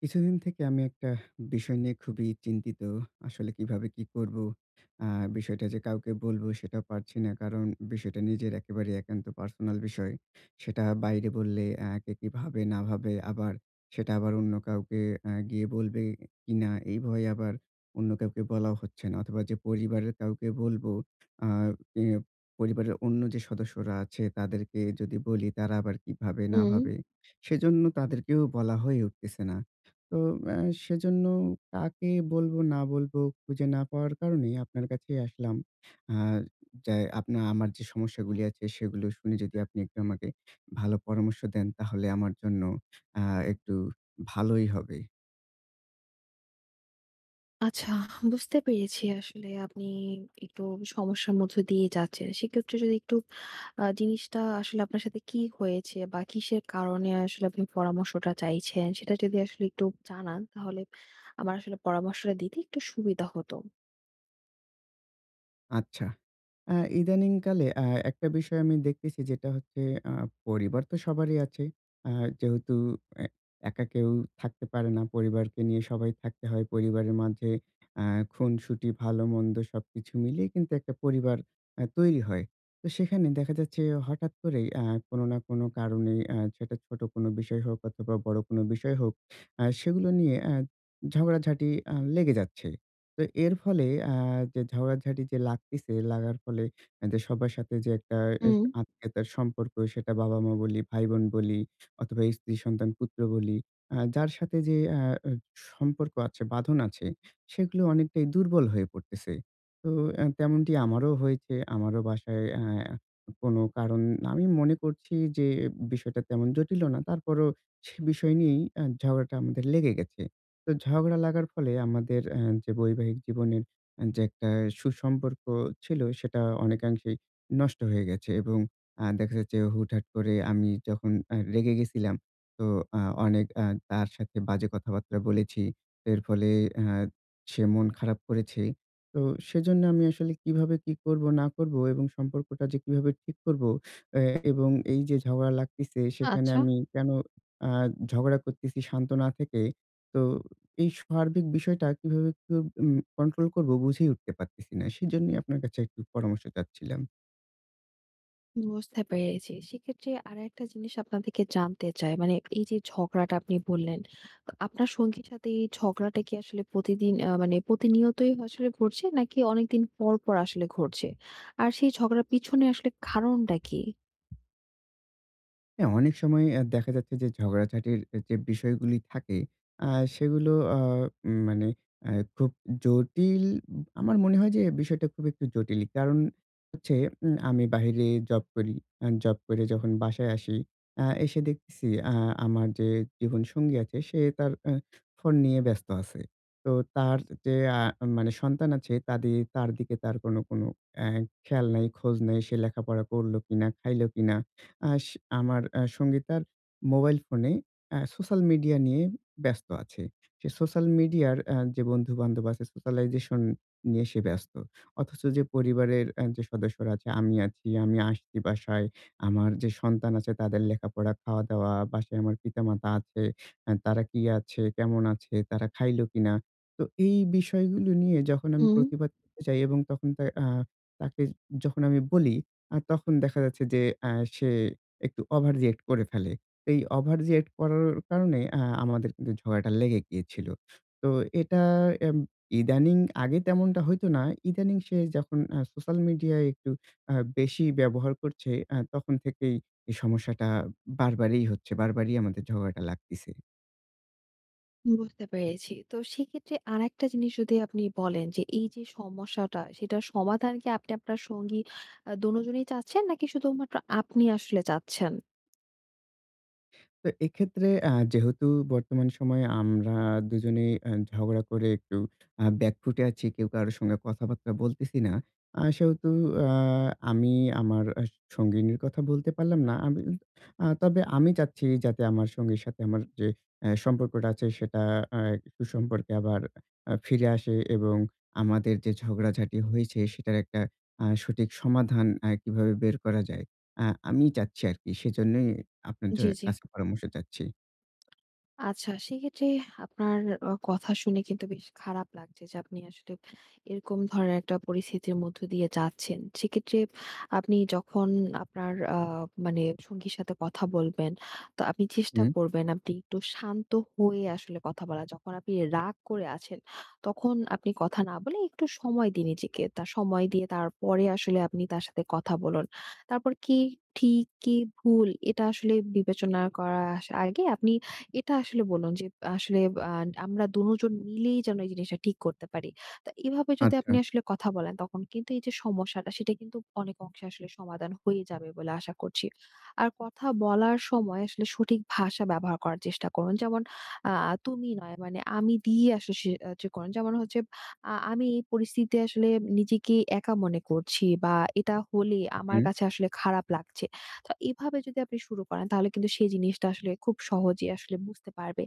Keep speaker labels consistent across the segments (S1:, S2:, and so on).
S1: কিছুদিন থেকে আমি একটা বিষয় নিয়ে খুবই চিন্তিত। আসলে কিভাবে কি করব? আ বিষয়টা যে কাউকে বলব সেটাও পারছি না। কারণ বিষয়টা নিজের একেবারে একান্ত পার্সোনাল বিষয়। সেটা বাইরে বললে কে কি ভাবে না ভাবে আবার সেটা আবার অন্য কাউকে গিয়ে বলবে কিনা এই ভয়ে আবার অন্য কাউকে বলাও হচ্ছে না। অথবা যে পরিবারের কাউকে বলবো আ এ পরিবারের অন্য যে সদস্যরা আছে তাদেরকে যদি বলি তারা আবার কি ভাবে না
S2: হুম,
S1: ভাবে সেজন্য তাদেরকেও বলা হয়ে উঠতেছে না। তো আ সেজন্য কাকে বলবো, না বলবো খুঁজে না পাওয়ার কারণেই আপনার কাছেই আসলাম। আ যা আপনা আমার যে সমস্যাগুলি আছে সেগুলো শুনে যদি আপনি একটু আমাকে ভালো পরামর্শ দেন তাহলে আমার জন্য আ একটু ভালোই হবে।
S2: আচ্ছা, বুঝতে পেরেছি আসলে আপনি একটু সমস্যার মধ্য দিয়ে যাচ্ছেন। সেক্ষেত্রে যদি একটু জিনিসটা আসলে আপনার সাথে কি হয়েছে বা কিসের কারণে আসলে আপনি পরামর্শটা চাইছেন, সেটা যদি আসলে একটু জানান, তাহলে আমার আসলে পরামর্শটা দিতে একটু সুবিধা হতো।
S1: আচ্ছা। আ ইদানিংকালে একটা বিষয় আমি দেখতেছি যেটা হচ্ছে আ পরিবার তো সবারই আছে। আ যেহেতু এ একা কেউ থাকতে পারে না। পরিবারকে নিয়ে সবাই থাকতে হয়। পরিবারের মাঝে আ খুনসুটি, ভালো-মন্দ সবকিছু মিলিয়ে কিন্তু একটা পরিবার তৈরি হয়। তো সেখানে দেখা যাচ্ছে হঠাৎ করেই কোনো না কোনো কারণে সেটা ছোট কোনো বিষয় হোক অথবা বড় কোনো বিষয় হোক, সেগুলো নিয়ে ঝগড়াঝাটি লেগে যাচ্ছে। তো এর ফলে আ যে ঝগড়াঝাটি যে লাগতেছে, লাগার ফলে যে সবার সাথে যে একটা
S2: হুম।
S1: আত্মীয়তার সম্পর্ক, সেটা বাবা-মা বলি, ভাই-বোন বলি অথবা স্ত্রী-সন্তান, পুত্র বলি, যার সাথে যে আ আ সম্পর্ক আছে, বাঁধন আছে, সেগুলো অনেকটাই দুর্বল হয়ে পড়তেছে। তো আ তেমনটি আমারও হয়েছে। আমারও বাসায় কোনো কারণ আমি মনে করছি যে বিষয়টা তেমন জটিলও না। তারপরও সে বিষয় নিয়েই ঝগড়াটা আমাদের লেগে গেছে। তো ঝগড়া লাগার ফলে আমাদের যে বৈবাহিক জীবনের যে একটা সুসম্পর্ক ছিল সেটা অনেকাংশেই নষ্ট হয়ে গেছে এবং দেখা যাচ্ছে হুটহাট করে আমি যখন রেগে গেছিলাম তো আ অনেক তার সাথে বাজে কথাবার্তা বলেছি। এর ফলে আ সে মন খারাপ করেছে। তো সেজন্য আমি আসলে কিভাবে কি করব না করব এবং সম্পর্কটা যে কিভাবে ঠিক করব অ্যা এবং এই যে ঝগড়া লাগতেছে সেখানে
S2: আচ্ছা।
S1: আমি কেন আ ঝগড়া করতেছি শান্ত না থেকে। তো এই সার্বিক বিষয়টা কিভাবে ক উম কন্ট্রোল করব বুঝেই উঠতে পারতেছি না। সেজন্যই আপনার কাছে একটু পরামর্শ চাচ্ছিলাম।
S2: বুঝতে পেরেছি। সেক্ষেত্রে আরেকটা জিনিস আপনার থেকে জানতে চাই। মানে এই যে ঝগড়াটা আপনি বললেন, তো আপনার সঙ্গীর সাথে এই ঝগড়াটা কি আসলে প্রতিদিন মানে প্রতিনিয়তই আসলে ঘটছে, নাকি অনেকদিন পর, পর আসলে ঘটছে? আর সেই ঝগড়ার পিছনে আসলে কারণটা কি?
S1: হ্যাঁ, অনেক সময় দেখা যাচ্ছে যে ঝগড়াঝাটির যে বিষয়গুলি থাকে, আ সেগুলো আ মানে আ খুব জটিল আমার মনে হয় যে বিষয়টা খুব একটু জটিলই। কারণ হচ্ছে আমি বাহিরে জব করি। জব করে যখন বাসায় আসি, এসে দেখতেছি আমার যে জীবনসঙ্গী আছে সে তার ফোন নিয়ে ব্যস্ত আছে। তো তার যে মানে সন্তান আছে তাদের তার দিকে তার কোনো অ্যা খেয়াল নাই, খোঁজ নাই। সে লেখাপড়া করল কিনা, খাইল কিনা? আস আমার সঙ্গীতার মোবাইল ফোনে সোশ্যাল মিডিয়া নিয়ে ব্যস্ত আছে। সে সোশ্যাল মিডিয়ার যে বন্ধু-বান্ধব আছে সোশ্যালাইজেশন নিয়ে সে ব্যস্ত। অথচ যে পরিবারের যে সদস্যরা আছে, আমি আছি, আমি আসছি বাসায়। আমার যে সন্তান আছে তাদের লেখাপড়া, খাওয়া-দাওয়া, বাসায় আমার পিতামাতা আছে। তারা কি আছে, কেমন আছে, তারা খাইলো কিনা? তো এই বিষয়গুলো নিয়ে যখন আমি
S2: হুম।
S1: প্রতিবাদ করতে যাই এবং তখন তা আ তাকে যখন আমি বলি তখন দেখা যাচ্ছে যে আ সে একটু ওভার রিঅ্যাক্ট করে ফেলে। তো এই ওভার রিঅ্যাক্ট করার কারণে আমাদের কিন্তু ঝগড়াটা লেগে গিয়েছিল। তো এটা এম ইদানিং আগে তেমনটা হইতো না। ইদানিং সে যখন সোশ্যাল মিডিয়ায় একটু আ বেশি ব্যবহার করছে, তখন থেকেই এই সমস্যাটা বারবারই হচ্ছে। বারবারই আমাদের ঝগড়াটা লাগতিছে।
S2: বুঝতে পেরেছি। তো সেক্ষেত্রে আরেকটা জিনিস যদি আপনি বলেন, যে এই যে সমস্যাটা, সেটার সমাধান কি আপনি, আপনার সঙ্গী, দোনোজনেই চাচ্ছেন, নাকি শুধুমাত্র আপনি আসলে চাচ্ছেন?
S1: তো এক্ষেত্রে যেহেতু বর্তমান সময়ে আমরা দুজনেই ঝগড়া করে একটু ব্যাকফুটে আছি। কেউ কারো সঙ্গে কথাবার্তা বলতেছি না। সেহেতু আ আমি আমার সঙ্গিনীর কথা বলতে পারলাম না। আমি আ তবে আমি চাচ্ছি যাতে আমার সঙ্গীর সাথে আমার যে সম্পর্কটা আছে সেটা আ সুসম্পর্কে আবার ফিরে আসে এবং আমাদের যে ঝগড়াঝাটি হয়েছে সেটার একটা সঠিক সমাধান কিভাবে বের করা যায়। আ আমি চাচ্ছি আরকি। সেজন্যই আপনার
S2: জি, জি।
S1: কাছে পরামর্শ চাচ্ছি।
S2: আচ্ছা, সেক্ষেত্রে আপনার কথা শুনে কিন্তু বেশ খারাপ লাগছে যে আপনি আসলে এরকম ধরনের একটা পরিস্থিতির মধ্য দিয়ে যাচ্ছেন। সেক্ষেত্রে আপনি যখন আপনার মানে সঙ্গীর সাথে কথা বলবেন, তো আপনি চেষ্টা
S1: হুম,
S2: করবেন আপনি একটু শান্ত হয়ে আসলে কথা বলা। যখন আপনি রাগ করে আছেন, তখন আপনি কথা না বলে একটু সময় দিন নিজেকে। তার সময় দিয়ে তারপরে আসলে আপনি তার সাথে কথা বলুন। তারপর কি ঠিক, কি ভুল, এটা আসলে বিবেচনা করার আগে আপনি এটা আসলে বলুন যে, আসলে আ আমরা দুজন মিলেই যেন এই জিনিসটা ঠিক করতে পারি। তো এভাবে যদি
S1: আচ্ছা।
S2: আপনি আসলে কথা বলেন, তখন কিন্তু এই যে সমস্যাটা, সেটা কিন্তু অনেক অংশে আসলে সমাধান হয়ে যাবে বলে আশা করছি। আর কথা বলার সময় আসলে সঠিক ভাষা ব্যবহার করার চেষ্টা করুন। যেমন, আ তুমি নয়, মানে আমি দিয়ে আসলে সে যে করুন। যেমন হচ্ছে, আমি এই পরিস্থিতিতে আসলে নিজেকে একা মনে করছি, বা এটা হলে আমার
S1: হুম,
S2: কাছে আসলে খারাপ লাগছে। তো এভাবে যদি আপনি শুরু করেন, তাহলে কিন্তু সেই জিনিসটা আসলে খুব সহজেই আসলে বুঝতে পারবে।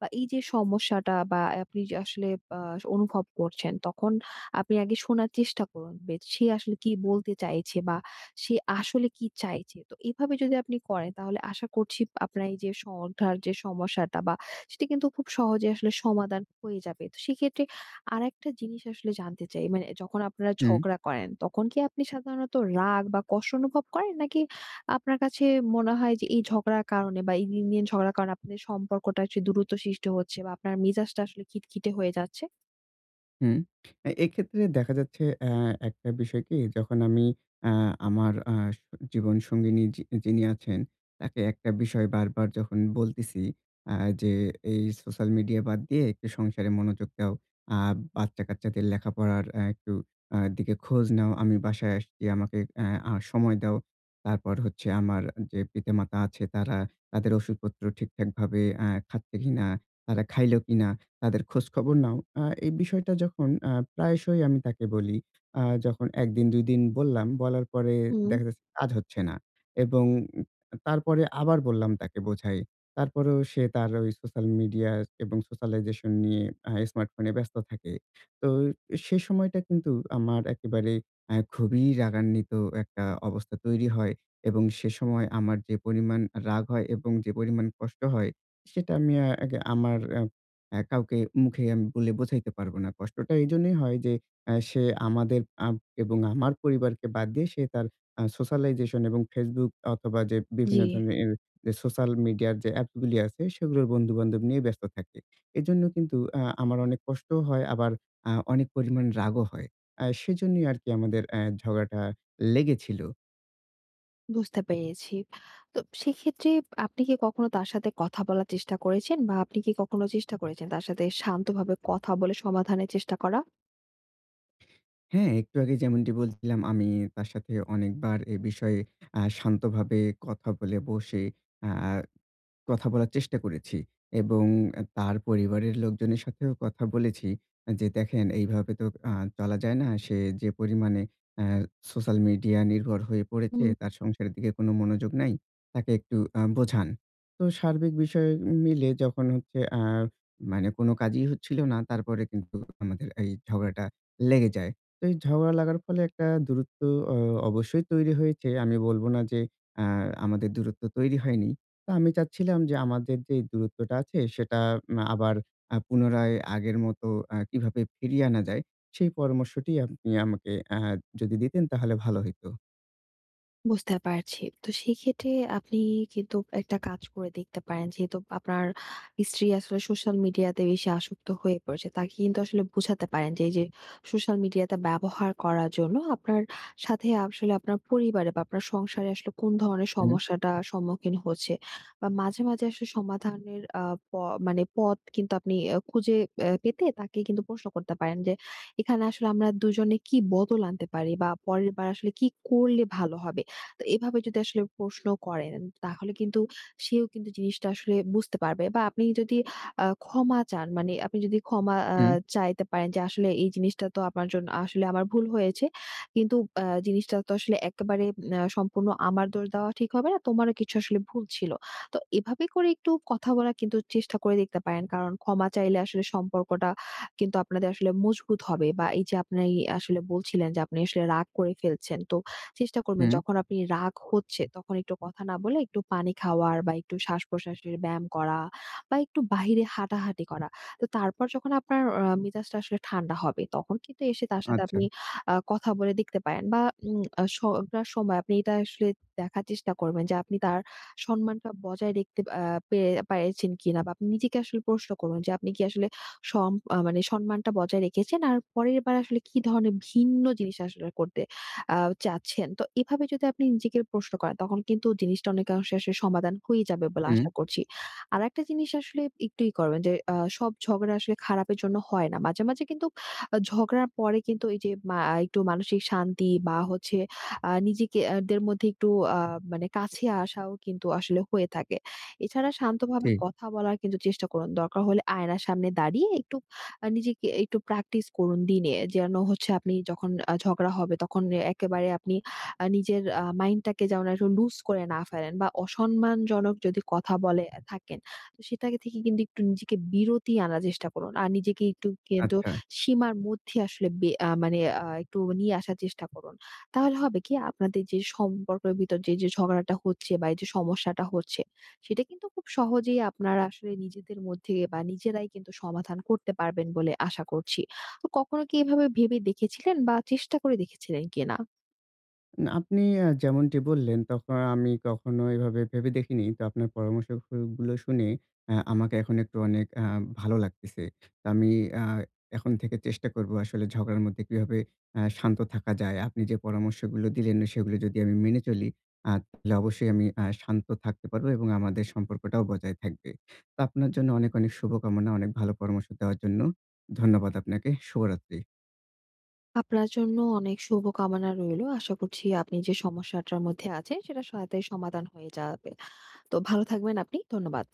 S2: বা এই যে সমস্যাটা বা আপনি যে আসলে আ অনুভব করছেন, তখন আপনি আগে শোনার চেষ্টা করুন। সে আসলে কি বলতে চাইছে বা সে আসলে কি চাইছে। তো এভাবে যদি আপনি করেন, তাহলে আশা করছি আপনার এই যে সন্ধ্যার যে সমস্যাটা বা সেটা কিন্তু খুব সহজে আসলে সমাধান হয়ে যাবে। তো সেক্ষেত্রে আরেকটা জিনিস আসলে জানতে চাই, মানে যখন আপনারা
S1: হুম।
S2: ঝগড়া করেন, তখন কি আপনি সাধারণত রাগ বা কষ্ট অনুভব করেন, নাকি আপনার কাছে মনে হয় যে এই ঝগড়ার কারণে বা এই দিন, দিন ঝগড়ার কারণে আপনাদের সম্পর্কটা যে দূরত্ব সৃষ্টি হচ্ছে বা আপনার মেজাজটা আসলে খিটখিটে হয়ে যাচ্ছে?
S1: হুম। এক্ষেত্রে দেখা যাচ্ছে একটা বিষয় কি যখন আমি আ আমার আ স জীবনসঙ্গিনী যিনি আছেন তাকে একটা বিষয় বারবার যখন বলতেছি আ যে, "এই সোশ্যাল মিডিয়া বাদ দিয়ে একটু সংসারে মনোযোগ দাও। আ বাচ্চা-কাচ্চাদের লেখাপড়ার একটু দিকে খোঁজ নাও। আমি বাসায় আসছি আমাকে অ্যা আ সময় দাও। তারপর হচ্ছে আমার যে পিতা-মাতা আছে তারা তাদের ওষুধপত্র ঠিকঠাকভাবে খাচ্ছে কিনা? তারা খাইল কিনা?" তাদের খোঁজখবর নাও। এই বিষয়টা যখন প্রায়শই আমি তাকে বলি। যখন ১ দিন ২ দিন বললাম, বলার পরে
S2: হুম।
S1: দেখা যাচ্ছে কাজ হচ্ছে না এবং তারপরে আবার বললাম তাকে বোঝাই। তারপরেও সে তার ওই সোশ্যাল মিডিয়া এবং সোশ্যালাইজেশন নিয়ে স্মার্টফোনে ব্যস্ত থাকে। তো সে সময়টা কিন্তু আমার একেবারে খুবই রাগান্বিত একটা অবস্থা তৈরি হয় এবং সে সময় আমার যে পরিমাণ রাগ হয় এবং যে পরিমাণ কষ্ট হয়, সেটা আমি আগে আমার আ অ্যা কাউকে মুখে আমি বলে বোঝাইতে পারব না। কষ্টটা এইজন্যই হয় যে সে আমাদের আব এবং আমার পরিবারকে বাদ দিয়ে সে তার সোশ্যালাইজেশন এবং Facebook অথবা যে
S2: জি,
S1: বিভিন্ন ধরনের যে সোশ্যাল মিডিয়ার যে অ্যাপসগুলি আছে সেগুলোর বন্ধু-বান্ধব নিয়ে ব্যস্ত থাকে। এজন্য কিন্তু আমার অনেক কষ্টও হয় আবার অনেক পরিমাণ রাগও হয়। সেজন্যই আরকি আমাদের ঝগড়াটা লেগেছিল।
S2: বুঝতে পেরেছি। তো সেক্ষেত্রে আপনি কি কখনো তার সাথে কথা বলার চেষ্টা করেছেন, বা আপনি কি কখনো চেষ্টা করেছেন তার সাথে শান্তভাবে কথা বলে সমাধানের চেষ্টা করা?
S1: হ্যাঁ, একটু আগে যেমনটি বলছিলাম আমি তার সাথে অনেকবার এ বিষয়ে শান্তভাবে কথা বলে বসে আ কথা বলার চেষ্টা করেছি এবং তার পরিবারের লোকজনের সাথেও কথা বলেছি যে, "দেখেন এইভাবে তো আ চলা যায় না। সে যে পরিমাণে আ সোশ্যাল মিডিয়া নির্ভর হয়ে পড়েছে,
S2: হুম।
S1: তার সংসারের দিকে কোনো মনোযোগ নাই। তাকে একটু বোঝান।" তো সার্বিক বিষয় মিলে যখন হচ্ছে মানে কোনো কাজই হচ্ছিল না, তারপরে কিন্তু আমাদের এই ঝগড়াটা লেগে যায়। তো এই ঝগড়া লাগার ফলে একটা দূরত্ব অ অবশ্যই তৈরি হয়েছে। আমি বলব না যে আ আমাদের দূরত্ব তৈরি হয়নি। তো আমি চাচ্ছিলাম যে আমাদের যে দূরত্বটা আছে সেটা আবার পুনরায় আগের মতো কিভাবে ফিরিয়ে আনা যায়? সেই পরামর্শটি আপনি আমাকে যদি দিতেন তাহলে ভালো হইতো।
S2: বুঝতে পারছি। তো সেক্ষেত্রে আপনি কিন্তু একটা কাজ করে দেখতে পারেন। যেহেতু আপনার স্ত্রী আসলে সোশ্যাল মিডিয়াতে বেশি আসক্ত হয়ে পড়েছে, তাকে কিন্তু আসলে বোঝাতে পারেন যে, এই যে সোশ্যাল মিডিয়াটা ব্যবহার করার জন্য আপনার সাথে আসলে আপনার পরিবারে বা আপনার সংসারে আসলে কোন ধরনের
S1: হুম,
S2: সমস্যাটা সম্মুখীন হচ্ছে। বা মাঝে, মাঝে আসলে সমাধানের আ প মানে পথ কিন্তু আপনি খুঁজে পেতে তাকে কিন্তু প্রশ্ন করতে পারেন যে, এখানে আসলে আমরা দুজনে কি বদল আনতে পারি বা পরের বার আসলে কি করলে ভালো হবে? তো এভাবে যদি আসলে প্রশ্ন করেন, তাহলে কিন্তু সেও কিন্তু জিনিসটা আসলে বুঝতে পারবে। বা আপনি যদি ক্ষমা চান, মানে আপনি যদি ক্ষমা
S1: হুম,
S2: চাইতে পারেন যে, আসলে এই জিনিসটা তো আপনার জন্য আসলে আমার ভুল হয়েছে, কিন্তু জিনিসটা তো আসলে একেবারে সম্পূর্ণ আমার দোষ দেওয়া ঠিক হবে না, তোমারও কিছু আসলে ভুল ছিল। তো এভাবে করে একটু কথা বলা কিন্তু চেষ্টা করে দেখতে পারেন, কারণ ক্ষমা চাইলে আসলে সম্পর্কটা কিন্তু আপনাদের আসলে মজবুত হবে। বা এই যে আপনি আসলে বলছিলেন যে আপনি আসলে রাগ করে ফেলছেন, তো চেষ্টা করবেন
S1: হুম।
S2: যখন আপনি রাগ হচ্ছে, তখন একটু কথা না বলে একটু পানি খাওয়ার বা একটু শ্বাস-প্রশ্বাসের ব্যায়াম করা, বা একটু বাহিরে হাঁটাহাঁটি করা। তো তারপর যখন আপনার মেজাজটা আসলে ঠান্ডা হবে, তখন কিন্তু এসে তার সাথে
S1: আচ্ছা।
S2: আপনি কথা বলে দেখতে পারেন। বা উম আ ঝগড়ার সময় আপনি এটা আসলে দেখার চেষ্টা করবেন যে আপনি তার সম্মানটা বজায় রেখতে পেরেছেন কিনা, বা আপনি নিজেকে আসলে প্রশ্ন করুন যে আপনি কি আসলে সম আ মানে সম্মানটা বজায় রেখেছেন? আর পরের বার আসলে কি ধরনের ভিন্ন জিনিস আসলে করতে আ চাচ্ছেন। তো এভাবে যদি আপনি নিজেকে প্রশ্ন করেন, তখন কিন্তু জিনিসটা অনেকাংশে আসলে সমাধান হয়ে যাবে বলে
S1: হুম,
S2: আশা করছি। আরেকটা জিনিস আসলে একটু ই করবেন যে, সব ঝগড়া আসলে খারাপের জন্য হয় না। মাঝে, মাঝে কিন্তু ঝগড়ার পরে কিন্তু এই যে একটু মানসিক শান্তি বা হচ্ছে নিজেকে আ দের মধ্যে একটু আ মানে কাছে আসাও কিন্তু আসলে হয়ে থাকে। এছাড়া শান্তভাবে
S1: জি,
S2: কথা বলার কিন্তু চেষ্টা করুন। দরকার হলে আয়নার সামনে দাঁড়িয়ে একটু নিজেকে একটু প্র্যাকটিস করুন দিনে। যেন হচ্ছে আপনি যখন ঝগড়া হবে, তখন একেবারে আপনি নিজের মাইন্ডটাকে যেমন একটু লুজ করে না ফেলেন, বা অসম্মানজনক যদি কথা বলে থাকেন, তো সেটা থেকে কিন্তু একটু নিজেকে বিরতি আনার চেষ্টা করুন। আর নিজেকে একটু কিন্তু
S1: আচ্ছা।
S2: সীমার মধ্যে আসলে বে আ মানে একটু নিয়ে আসার চেষ্টা করুন। তাহলে হবে কি, আপনাদের যে সম্পর্কের ভিতর যে ঝগড়াটা হচ্ছে বা এই যে সমস্যাটা হচ্ছে, সেটা কিন্তু খুব সহজেই আপনারা আসলে নিজেদের মধ্যে বা নিজেরাই কিন্তু সমাধান করতে পারবেন বলে আশা করছি। তো কখনো কি এভাবে ভেবে দেখেছিলেন বা চেষ্টা করে দেখেছিলেন কিনা?
S1: না, আপনি যেমনটি বললেন, তখন আমি কখনো এভাবে ভেবে দেখিনি। তো আপনার পরামর্শ হ গুলো শুনে আমাকে এখন একটু অনেক ভালো লাগতেছে। তো আমি আ এখন থেকে চেষ্টা করব আসলে ঝগড়ার মধ্যে কিভাবে শান্ত থাকা যায়। আপনি যে পরামর্শগুলো দিলেন, সেগুলো যদি আমি মেনে চলি, তাহলে অবশ্যই আমি শান্ত থাকতে পারবো এবং আমাদের সম্পর্কটাও বজায় থাকবে। তো আপনার জন্য অনেক, অনেক শুভকামনা, অনেক ভালো পরামর্শ দেওয়ার জন্য। ধন্যবাদ আপনাকে। শুভরাত্রি।
S2: আপনার জন্য অনেক শুভকামনা রইলো। আশা করছি আপনি যে সমস্যাটার মধ্যে আছেন, সেটা সহায়তায় সমাধান হয়ে যাবে। তো ভালো থাকবেন আপনি। ধন্যবাদ।